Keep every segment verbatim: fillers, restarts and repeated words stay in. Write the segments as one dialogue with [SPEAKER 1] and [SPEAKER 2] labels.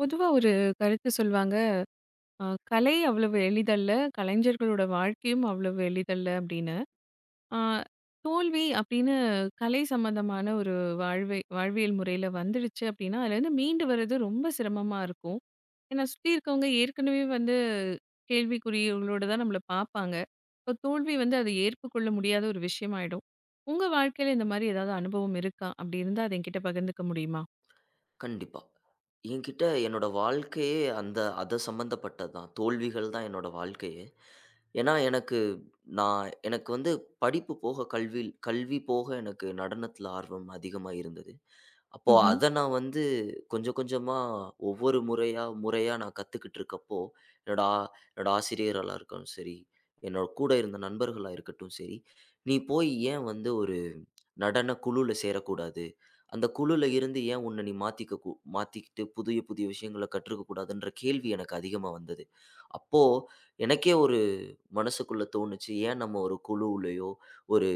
[SPEAKER 1] பொதுவா ஒரு கருத்து சொல்வாங்க. அ கலை அவ்வளவு எளிதல்ல. கலைஞர்களோட வாழ்க்கையும் அவ்வளவு எளிதல்ல அப்படின்னு. அ தோல்வி அப்படின்னு கலை சம்மந்தமான ஒரு வாழ்வை வாழ்வியல் முறையில வந்துடுச்சு அப்படின்னா, அதுலேருந்து மீண்டு வர்றது ரொம்ப சிரமமா இருக்கும். ஏன்னா சுத்தி இருக்கவங்க ஏற்கனவே வந்து கேள்விக்குறிகளோட தான் நம்மள பார்ப்பாங்க. இப்போ தோல்வி வந்து அதை ஏற்றுக்கொள்ள முடியாத ஒரு விஷயமாயிடும். உங்க வாழ்க்கையில இந்த மாதிரி ஏதாவது அனுபவம் இருக்கா? அப்படி இருந்தா அதை என்கிட்ட பகிர்ந்துக்க முடியுமா?
[SPEAKER 2] கண்டிப்பா. என்கிட்ட என்னோட வாழ்க்கையே அந்த அத சம்மந்தப்பட்டது தான். தோல்விகள் தான் என்னோட வாழ்க்கையே. ஏன்னா, எனக்கு நான் எனக்கு வந்து படிப்பு போக கல்வி கல்வி போக எனக்கு நடனத்தில ஆர்வம் அதிகமா இருந்தது. அப்போ
[SPEAKER 1] ம்ஹ்ம்.
[SPEAKER 2] அத நான் வந்து கொஞ்சம் கொஞ்சமா ஒவ்வொரு முறையா, முறையா நான் கத்துக்கிட்டு இருக்கப்போ, என்னோட ஆ என்னோட ஆசிரியர்களா இருக்கட்டும் சரி, என்னோட கூட இருந்த நண்பர்களா இருக்கட்டும் சரி, "நீ போய் ஏன் வந்து ஒரு நடன குழுல சேரக்கூடாது? அந்த குழுல இருந்து ஏன் உன்ன நீ மாத்திக்க கூ மாத்திக்கிட்டு புதிய, புதிய விஷயங்கள கற்றுக்க கூடாதுன்ற கேள்வி எனக்கு அதிகமா வந்தது. அப்போ எனக்கே ஒரு மனசுக்குள்ள தோணுச்சு, ஏன் நம்ம ஒரு குழுவுலயோ, ஒரு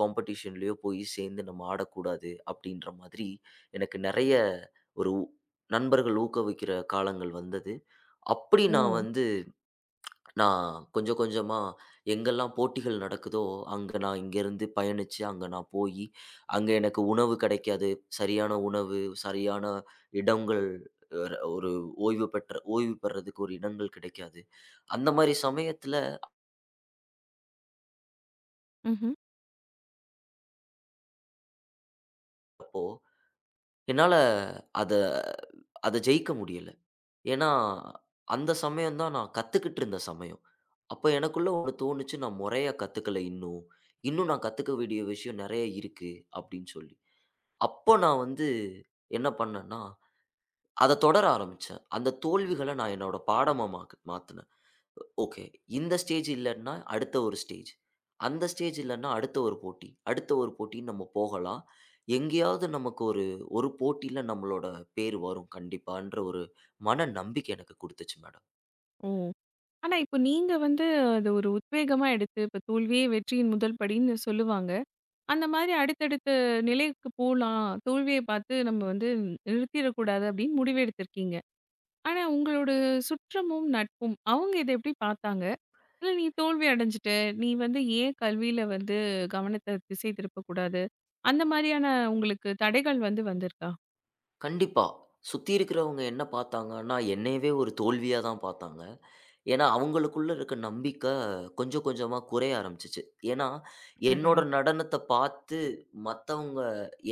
[SPEAKER 2] காம்படிஷன்லயோ போய் சேர்ந்து நம்ம ஆடக்கூடாது? அப்படின்ற மாதிரி எனக்கு நெறைய ஒரு உ நண்பர்கள் ஊக்குவிக்கிற காலங்கள் வந்தது. அப்படி
[SPEAKER 1] ஓ!
[SPEAKER 2] நான் வந்து நான் கொஞ்சம் கொஞ்சமா எங்கெல்லாம் போட்டிகள் நடக்குதோ, அங்க நான் இங்கேருந்து பயணிச்சு அங்க நான் போயி, அங்க எனக்கு உணவு கிடைக்காது. சரியான உணவு, சரியான இடங்கள், ஒரு ஒரு ஓய்வு பெற்ற ஓய்வு பெறதுக்கு ஒரு இடங்கள் கிடைக்காது. அந்த மாரி சமயத்துல
[SPEAKER 1] ம்ஹ்ம்.
[SPEAKER 2] என்னால அத அத ஜெயிக்க முடியல. ஏன்னா, அந்த சமயம் தான் நான் கத்துக்கிட்டு இருந்த சமயம். அப்ப எனக்குள்ள ஒண்ணு தோணுச்சு, "நான் முறையா கத்துக்கல இன்னும். இன்னும் நான் கத்துக்க வேண்டிய விஷயம் நெறைய இருக்கு." அப்படின்னு சொல்லி. அப்போ நான் வந்து என்ன பண்ணேன்னா, அத தொடர ஆரம்பிச்சேன். அந்த தோல்விகள நான் என்னோட பாடமா மாக்கு மாத்துனேன். ஓகே. இந்த ஸ்டேஜ் இல்லன்னா, அடுத்த ஒரு ஸ்டேஜ். அந்த ஸ்டேஜ் இல்லன்னா, அடுத்த ஒரு போட்டி. அடுத்த ஒரு போட்டின்னு நம்ம போகலாம். எங்கேயாவது நமக்கு ஒரு ஒரு போட்டியில நம்மளோட பேர் வரும் கண்டிப்பான்ற ஒரு மன நம்பிக்கை எனக்கு குடுத்துச்சு மேடம்.
[SPEAKER 1] ஓ! ஆனா, இப்ப நீங்க வந்து அத ஒரு உத்வேகமா எடுத்து, இப்ப தோல்வியே வெற்றியின் முதல் படின்னு சொல்லுவாங்க. அந்த மாரி அடுத்தடுத்த நிலைக்கு போலாம். தோல்விய பார்த்து நம்ம வந்து நிறுத்திறக்கூடாது அப்படின்னு முடிவு எடுத்திருக்கீங்க. ஆனா, உங்களோட சுற்றமும், நட்பும் அவங்க இத எப்படி பார்த்தாங்க? இல்ல நீ தோல்வி அடைஞ்சுட்ட, நீ வந்து ஏன் கல்வியில வந்து கவனத்த திசை திருப்பக்கூடாது? அந்த மாரியான உங்களுக்கு தடைகள் வந்து வந்திருக்கா?
[SPEAKER 2] கண்டிப்பா. சுத்தி இருக்கிறவங்க என்ன பார்த்தாங்கன்னா, என்னையவே ஒரு தோல்வியா தான் பார்த்தாங்க. ஏன்னா, அவங்களுக்குள்ள இருக்க நம்பிக்கை கொஞ்சம் கொஞ்சமா குறைய ஆரம்பிச்சுச்சு. ஏன்னா, என்னோட
[SPEAKER 1] அடடா!
[SPEAKER 2] நடனத்த பார்த்து மத்தவங்க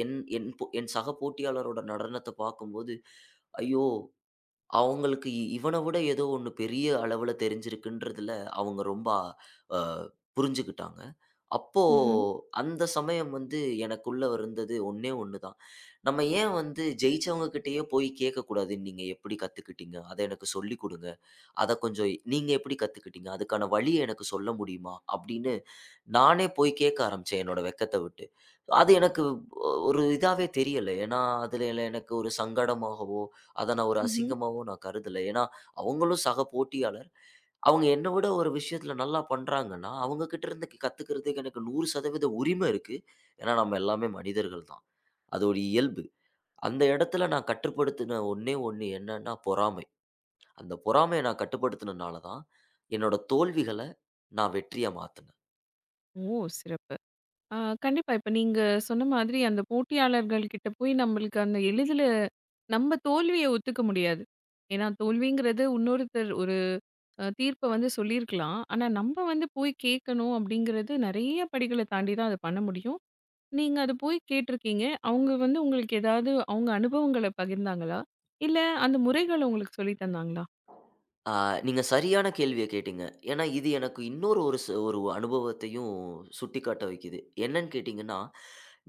[SPEAKER 2] என் என் போ- என் சக போட்டியாளரோட நடனத்த பார்க்கும்போது, "ஐயோ! அவங்களுக்கு இ இவன விட ஏதோ ஒண்ணு பெரிய அளவுல தெரிஞ்சிருக்குன்றதுல அவங்க ரொம்ப அ புரிஞ்சுக்கிட்டாங்க. அப்போ
[SPEAKER 1] ம்ஹ்ம்.
[SPEAKER 2] அந்த சமயம் வந்து எனக்குள்ள இருந்தது ஒண்ணே ஒண்ணு தான். நம்ம ஏன் வந்து ஜெயிச்சவங்க கிட்டயே போய் கேட்கக்கூடாது, "நீங்க எப்படி கத்துக்கிட்டீங்க? அத எனக்கு சொல்லிக் குடுங்க." அத கொஞ்சம் நீங்க எப்படி கத்துக்கிட்டீங்க? அதுக்கான வழிய எனக்கு சொல்ல முடியுமா? அப்படின்னு நானே போய் கேட்க ஆரம்பிச்சேன் என்னோட வெட்கத்த விட்டு. அது எனக்கு ஒ ஒரு இதாவே தெரியல. ஏன்னா, அதுல எல்லாம் எனக்கு ஒரு சங்கடமாகவோ, அத நான் ஒரு
[SPEAKER 1] ம்ஹ்ம்.
[SPEAKER 2] அசிங்கமாவோ நான் கருதல. ஏன்னா, அவங்களும் சக போட்டியாளர். அவங்க என்ன விட ஒரு விஷயத்துல நல்லா பண்றாங்கன்னா, அவங்க கிட்ட இருந்து கத்துக்கிறதுக்கு எனக்கு நூறு சதவீதம் உரிமை இருக்கு. ஏன்னா, நம்ம எல்லாமே மனிதர்கள் தான். அது ஒரு இயல்பு. அந்த இடத்துல நான் கட்டுப்படுத்தின ஒண்ணே ஒண்ணு என்னன்னா பொறாமை. அந்த பொறாமைய நான் கட்டுப்படுத்தினனால தான், என்னோட தோல்விகள நான் வெற்றியா மாத்துனேன்.
[SPEAKER 1] ஓ! சிறப்பு. ஆ, கண்டிப்பா. இப்ப நீங்க சொன்ன மாதிரி அந்த போட்டியாளர்கள் கிட்ட போய் நம்மளுக்கு அந்த எளிதில நம்ம தோல்விய ஒத்துக்க முடியாது. ஏன்னா தோல்விங்கிறது இன்னொருத்தர் ஒரு அ தீர்ப்ப வந்து சொல்லியிருக்கலாம். ஆனா நம்ம வந்து போய் கேட்கணும் அப்படிங்கிறது நெறைய படிகள தாண்டி தான் அத பண்ண முடியும். நீங்க அத போய் கேட்டுருக்கீங்க. அவங்க வந்து உங்களுக்கு ஏதாவது அவங்க அனுபவங்கள பகிர்ந்தாங்களா? இல்ல அந்த முறைகள் உங்களுக்கு சொல்லி தந்தாங்களா?
[SPEAKER 2] ஆ நீங்க சரியான கேள்விய கேட்டீங்க. ஏன்னா இது எனக்கு இன்னொரு ஒரு ச ஒரு அனுபவத்தையும் சுட்டிக்காட்ட வைக்குது. என்னன்னு கேட்டீங்கன்னா,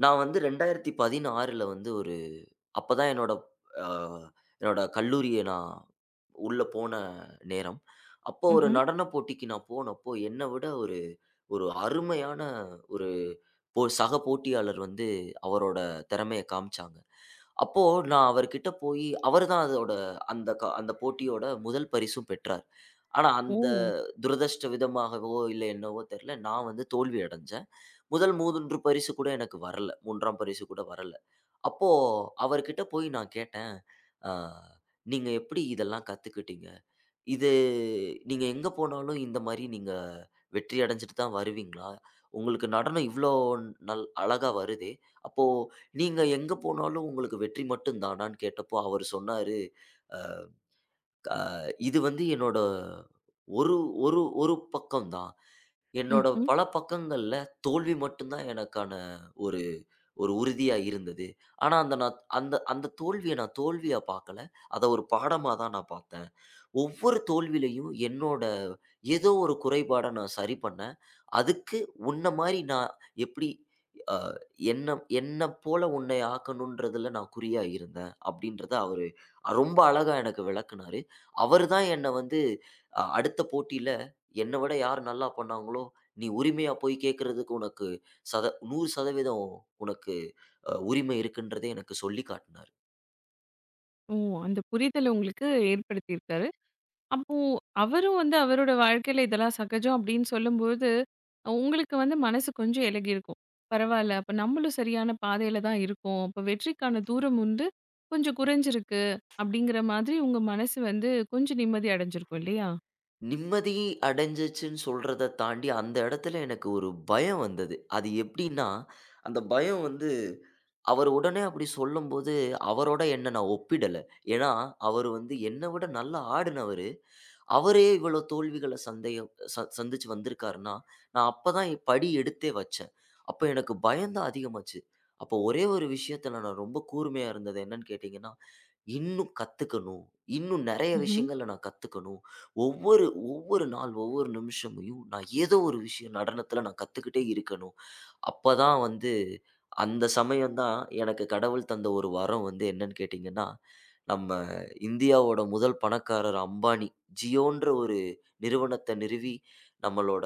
[SPEAKER 2] நான் வந்து இரண்டாயிரத்து பதினாறில் வந்து ஒரு அப்ப தான் என்னோட அ என்னோட கல்லூரிய நான் உள்ள போன நேரம். அப்போ ஒரு
[SPEAKER 1] ம்ஹ்ம்.
[SPEAKER 2] நடன போட்டிக்கு நான் போனப்போ, என்ன விட ஒரு ஒரு அருமையான ஒரு போ சக போட்டியாளர் வந்து அவரோட திறமைய காமிச்சாங்க. அப்போ நான் அவர்கிட்ட போயி அவரு தான் அதோட அந்த க அந்த போட்டியோட முதல் பரிசும் பெற்றார். ஆனா அந்த
[SPEAKER 1] ஓ!
[SPEAKER 2] துரதிர்ஷ்ட விதமாகவோ, இல்ல என்னவோ தெரியல, நான் வந்து தோல்வி அடைஞ்சேன். முதல் மூன்று பரிசு கூட எனக்கு வரல. மூன்றாம் பரிசு கூட வரல. அப்போ அவர்கிட்ட போய் நான் கேட்டேன், "அ நீங்க எப்படி இதெல்லாம் கத்துக்கிட்டீங்க?" இது நீங்க எங்க போனாலும் இந்த மாரி நீங்க வெற்றி அடைஞ்சுட்டு தான் வருவீங்களா? உங்களுக்கு நடனம் இவ்ளோ நல் அழகா வருதே! அப்போ நீங்க எங்க போனாலும் உங்களுக்கு வெற்றி மட்டும் தானான்னு கேட்டப்போ அவரு சொன்னாரு, "அ இது வந்து என்னோட ஒரு ஒரு ஒரு பக்கம் தான். என்னோட
[SPEAKER 1] ம்ஹ்ம்.
[SPEAKER 2] பல பக்கங்கள்ல தோல்வி மட்டும் தான் எனக்கான ஒரு ஒரு உறுதியா இருந்தது. ஆனா அந்த நான் அந்த அந்த தோல்விய நான் தோல்வியா பார்க்கல. அத ஒரு பாடமா தான் நான் பார்த்தேன்." ஒவ்வொரு தோல்வியிலயும் என்னோட ஏதோ ஒரு குறைபாட நான் சரி பண்ணேன். அதுக்கு உன்ன மாரி நான் எப்படி அ என்ன என்ன போல உன்னை ஆக்கணுன்றதுல நான் குறியா இருந்தேன் அப்படின்றத அவரு ரொம்ப அழகா எனக்கு விளக்குனாரு. அவரு தான் என்ன வந்து அ அடுத்த போட்டியில என்ன விட யார் நல்லா பண்ணாங்களோ, நீ உரிமையா போய் கேட்கறதுக்கு உனக்கு சத நூறு சதவீதம் உனக்கு அ உரிமை இருக்குன்றத எனக்கு சொல்லி காட்டினாரு.
[SPEAKER 1] ஓ! அந்த புரிதல் உங்களுக்கு ஏற்படுத்தியிருக்காரு. அப்போ அவரும் வந்து அவரோட வாழ்க்கையில இதெல்லாம் சகஜம் அப்படின்னு சொல்லும்போது, உங்களுக்கு வந்து மனசு கொஞ்சம் இலகியிருக்கும். பரவால்ல, அப்ப நம்மளும் சரியான பாதையில தான் இருக்கோம். அப்ப வெற்றிக்கான தூரம் வந்து கொஞ்சம் குறைஞ்சிருக்கு. அப்படிங்கிற மாதிரி உங்க மனசு வந்து கொஞ்சம் நிம்மதி அடைஞ்சிருக்கும் இல்லையா?
[SPEAKER 2] நிம்மதி அடைஞ்சிச்சுன்னு சொல்றத தாண்டி, அந்த இடத்துல எனக்கு ஒரு பயம் வந்தது. அது எப்படின்னா, அந்த பயம் வந்து அவர் உடனே அப்படி சொல்லும்போது, அவரோட என்ன நான் ஒப்பிடல. ஏன்னா, அவரு வந்து என்ன விட நல்லா ஆடுனவரு. அவரே இவ்வளோ தோல்விகள சந்தேகம் ச சந்திச்சு வந்திருக்காருன்னா, நான் அப்ப தான் படி எடுத்தே வச்சேன். அப்ப எனக்கு பயம் தான் அதிகமாச்சு. அப்போ ஒரே ஒரு விஷயத்துல நான் ரொம்ப கூர்மையா இருந்தது என்னன்னு கேட்டீங்கன்னா, இன்னும் கத்துக்கணும். இன்னும் நெறைய
[SPEAKER 1] ம்ஹ்ம்.
[SPEAKER 2] விஷயங்கள நான் கத்துக்கணும். ஒவ்வொரு ஒவ்வொரு நாள், ஒவ்வொரு நிமிஷமும் நான் ஏதோ ஒரு விஷயம் நடனத்துல நான் கத்துக்கிட்டே இருக்கணும். அப்பதான் வந்து அந்த சமயம் தான் எனக்கு கடவுள் தந்த ஒரு வரம் வந்து என்னன்னு கேட்டீங்கன்னா, நம்ம இந்தியாவோட முதல் பணக்காரர் அம்பானி. ஜியோன்ற ஒரு நிறுவனத்த நிறுவி, நம்மளோட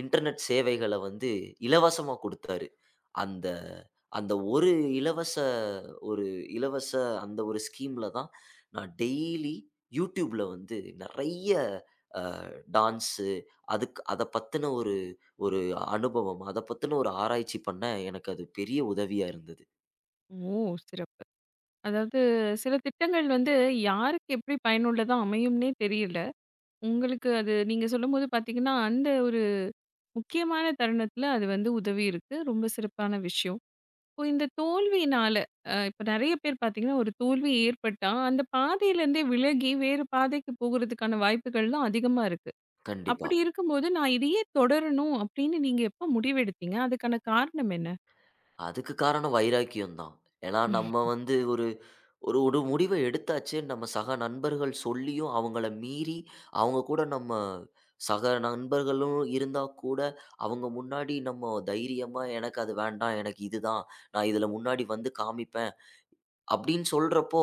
[SPEAKER 2] இன்டர்நெட் சேவைகள வந்து இலவசமா குடுத்தாரு. அந்த அந்த ஒரு இலவச ஒரு இலவச அந்த ஒரு ஸ்கீம்ல தான் நான் டெய்லி YouTubeல வந்து நெறைய அ டான்ஸு அதுக்கு அத பத்தின ஒரு ஒரு அனுபவம், அத பத்தின ஒரு ஆராய்ச்சி பண்ண எனக்கு அது பெரிய உதவியா இருந்தது.
[SPEAKER 1] ஓ! சிறப்பு. அதாவது சில திட்டங்கள் வந்து யாருக்கு எப்படி பயனுள்ளதா அமையும்னே தெரியல. உங்களுக்கு அது நீங்க சொல்லும்போது பார்த்தீங்கன்னா, அந்த ஒரு முக்கியமான தருணத்தில அது வந்து உதவி இருக்கு. ரொம்ப சிறப்பான விஷயம். இப்போ இந்த தோல்வியினால, அ இப்ப நெறைய பேர் பார்த்தீங்கன்னா, ஒரு தோல்வி ஏற்பட்டா, அந்த பாதையிலேருந்தே விலகி வேறு பாதைக்கு போகுறதுக்கான வாய்ப்புகள்லாம் அதிகமா இருக்கு.
[SPEAKER 2] கண்டிப்பா.
[SPEAKER 1] அப்படி இருக்கும்போது, நான் இதையே தொடரணும் அப்படின்னு நீங்க எப்ப முடிவெடுத்தீங்க? அதுக்கான காரணம் என்ன?
[SPEAKER 2] அதுக்கு காரணம் வைராக்கியம் தான். ஏன்னா நம்ம வந்து ஒரு ஒரு ஒரு முடிவ எடுத்தாச்சு. நம்ம சக நண்பர்கள் சொல்லியும் அவங்கள மீறி, அவங்க கூட நம்ம சக நண்பர்களும் இருந்தா கூட, அவங்க முன்னாடி நம்ம தைரியமா, "எனக்கு அது வேண்டாம். எனக்கு இதுதான். நான் இதுல முன்னாடி வந்து காமிப்பேன்." அப்படின்னு சொல்றப்போ,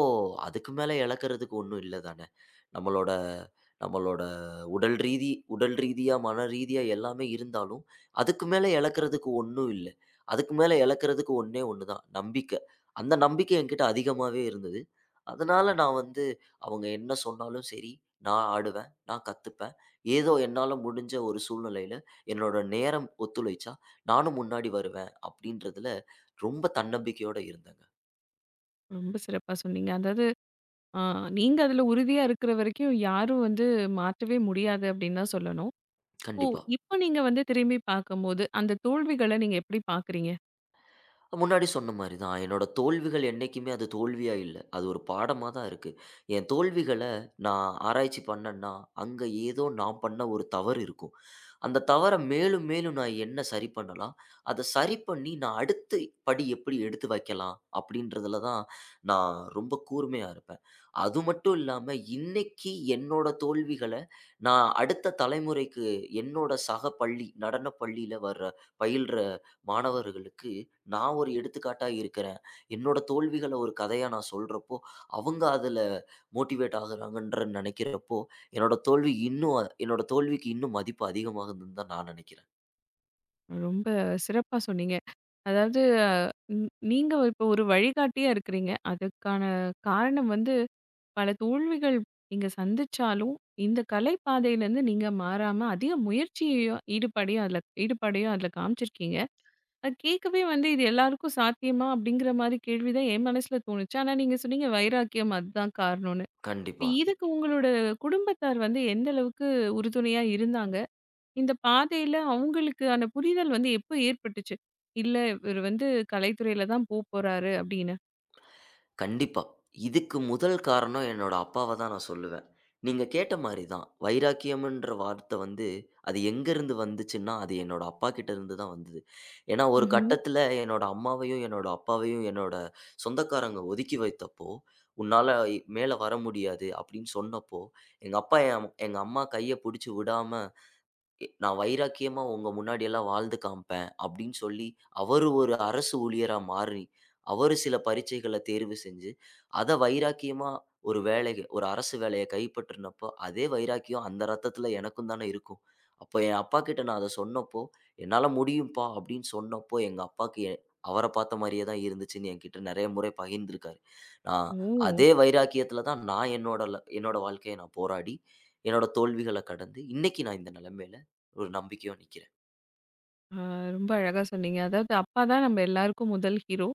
[SPEAKER 2] அதுக்கு மேல இழக்கிறதுக்கு ஒண்ணும் இல்ல தானே! நம்மளோட நம்மளோட உடல் ரீதி உடல் ரீதியா, மன ரீதியா எல்லாமே இருந்தாலும், அதுக்கு மேல இழக்கிறதுக்கு ஒண்ணும் இல்ல. அதுக்கு மேல இழக்கிறதுக்கு ஒண்ணே ஒண்ணு தான், நம்பிக்கை. அந்த நம்பிக்கை என்கிட்ட அதிகமாவே இருந்தது. அதனால நான் வந்து அவங்க என்ன சொன்னாலும் சரி, நான் ஆடுவேன், நான் கத்துப்பேன். ஏதோ என்னால முடிஞ்ச ஒரு சூழ்நிலையில, என்னோட நேரம் ஒத்துழைச்சா, நானும் முன்னாடி வருவேன் அப்படின்றதுல ரொம்ப தன்னம்பிக்கையோட இருந்தேங்க.
[SPEAKER 1] ரொம்ப சிறப்பா சொன்னீங்க. அதாவது, அ நீங்க அதுல உறுதியா இருக்கிற வரைக்கும் யாரும் வந்து மாற்றவே முடியாது அப்படின்னு தான் சொல்லணும். ஓ!
[SPEAKER 2] கண்டிப்பா.
[SPEAKER 1] இப்ப நீங்க வந்து திரும்பி பார்க்கும்போது, அந்த தோல்விகள நீங்க எப்படி பார்க்குறீங்க?
[SPEAKER 2] முன்னாடி சொன்ன மாரி தான். என்னோட தோல்விகள் என்னைக்குமே அது தோல்வியா இல்ல. அது ஒரு பாடமா தான் இருக்கு. என் தோல்விகள நான் ஆராய்ச்சி பண்ணேன்னா, அங்க ஏதோ நான் பண்ண ஒரு தவறு இருக்கும். அந்த தவற மேலும் மேலும் நான் என்ன சரி பண்ணலாம்? அத சரி பண்ணி நான் அடுத்து படி எப்படி எடுத்து வைக்கலாம்? அப்படின்றதுல தான் நான் ரொம்ப கூர்மையா இருப்பேன். அது மட்டும் இல்லாம இன்னைக்கு என்னோட தோல்விகள நான் அடுத்த தலைமுறைக்கு என்னோட சக பள்ளி நடன பள்ளியில வர பயில்ற மாணவர்களுக்கு நான் ஒரு எடுத்துக்காட்டா இருக்கிறேன். என்னோட தோல்விகள ஒரு கதையா நான் சொல்றப்போ, அவங்க அதுல மோட்டிவேட் ஆகுறாங்கன்ற நெனைக்கிறப்போ, என்னோட தோல்வி இன்னும் அ- என்னோட தோல்விக்கு இன்னும் மதிப்பு அதிகமாகுதுன்னு தான் நான் நெனைக்கிறேன்.
[SPEAKER 1] ரொம்ப சிறப்பா சொன்னீங்க. அதாவது அ ம் நீங்க இப்போ ஒரு வழிகாட்டியா இருக்கிறீங்க. அதுக்கான காரணம் வந்து பல தோல்விகள் நீங்க சந்திச்சாலும், இந்த கலை பாதையிலேருந்து நீங்க மாறாம அதிக முயற்சியையும், ஈடுபடையும் அதில ஈடுபாடையும் அதில காமிச்சிருக்கீங்க. அது கேட்கவே வந்து இது எல்லாருக்கும் சாத்தியமா? அப்படிங்கிற மாரி கேள்வி தான் என் மனசுல தோணுச்சு. ஆனா நீங்க சொன்னீங்க வைராக்கியம் அதுதான் காரணம்னு. இப்ப
[SPEAKER 2] கண்டிப்பா.
[SPEAKER 1] இதுக்கு உங்களோட குடும்பத்தார் வந்து எந்த அளவுக்கு உறுதுணையா இருந்தாங்க? இந்த பாதையில அவங்களுக்கு அந்த புரிதல் வந்து எப்ப ஏற்பட்டுச்சு? இல்ல இவரு வந்து கலைத்துறையில தான் போப்போறாரு அப்படின்னு.
[SPEAKER 2] கண்டிப்பா. இதுக்கு முதல் காரணம் என்னோட அப்பாவ தான் நான் சொல்லுவேன். நீங்க கேட்ட மாரி தான். வைராக்கியம்ன்ற வார்த்த வந்து, அது எங்கருந்து வந்துச்சுன்னா, அது என்னோட அப்பா கிட்ட இருந்து தான் வந்தது. ஏன்னா, ஒரு
[SPEAKER 1] ம்ஹ்ம்.
[SPEAKER 2] கட்டத்தில என்னோட அம்மாவையும், என்னோட அப்பாவையும் என்னோட சொந்தக்காரங்க ஒதுக்கி வைத்தப்போ, "உன்னால இ- மேல வர முடியாது" அப்படின்னு சொன்னப்போ, எங்க அப்பா என் அம்- எங்க அம்மா கைய புடிச்சு விடாம எ நான் வைராக்கியமா உங்க முன்னாடியெல்லாம் வாழ்ந்து காமிப்பேன் அப்படின்னு சொல்லி, அவரு ஒரு அரசு ஊழியரா மாறி, அவரு சில பரீட்சைகள தேர்வு செஞ்சு, அத வைராக்கியமா ஒரு வேலைய ஒரு அரசு வேலைய கைப்பற்றுனப்போ, அதே வைராக்கியம் அந்த ரத்தத்துல எனக்கும் தானே இருக்கும். அப்ப என் அப்பாகிட்ட நான் அத சொன்னப்போ, "என்னால முடியும்ப்பா" அப்படின்னு சொன்னப்போ, எங்க அப்பாக்கு எ அவர பார்த்த மாரியே தான் இருந்துச்சுன்னு என்கிட்ட நெறைய முறை பகிர்ந்திருக்காரு. நான்
[SPEAKER 1] ஓ!
[SPEAKER 2] அதே வைராக்கியத்துல தான் நான் என்னோட ல என்னோட வாழ்க்கைய நான் போராடி, என்னோட தோல்விகள கடந்து, இன்னைக்கு நான் இந்த நெலைமையில ஒரு நம்பிக்கையோட நிக்கிறேன்.
[SPEAKER 1] அ ரொம்ப அழகா சொன்னீங்க. அதாவது அப்பா தான் நம்ம எல்லாருக்கும் முதல் ஹீரோ.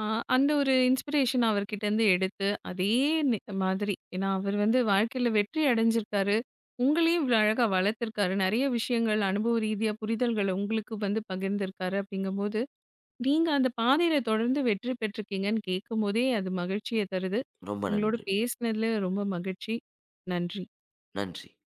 [SPEAKER 1] அ அந்த ஒரு இன்ஸ்பிரேஷன் அவர்கிட்டருந்து எடுத்து, அதே நி மாதிரி ஏன்னா அவர் வந்து வாழ்க்கையில வெற்றி அடைஞ்சிருக்காரு. உங்களையும் இவ்வளோ அழகா வளர்த்துருக்காரு. நெறைய விஷயங்கள் அனுபவ ரீதியா புரிதல்கள உங்களுக்கு வந்து பகிர்ந்திருக்காரு அப்படிங்கும்போது நீங்க அந்த பாதையில தொடர்ந்து வெற்றி பெற்றிருக்கீங்கன்னு கேட்கும்போதே அது மகிழ்ச்சிய தருது.
[SPEAKER 2] ரொம்ப
[SPEAKER 1] உங்களோட
[SPEAKER 2] நன்று.
[SPEAKER 1] பேசினதுல ரொம்ப மகிழ்ச்சி. நன்றி.
[SPEAKER 2] நன்றி.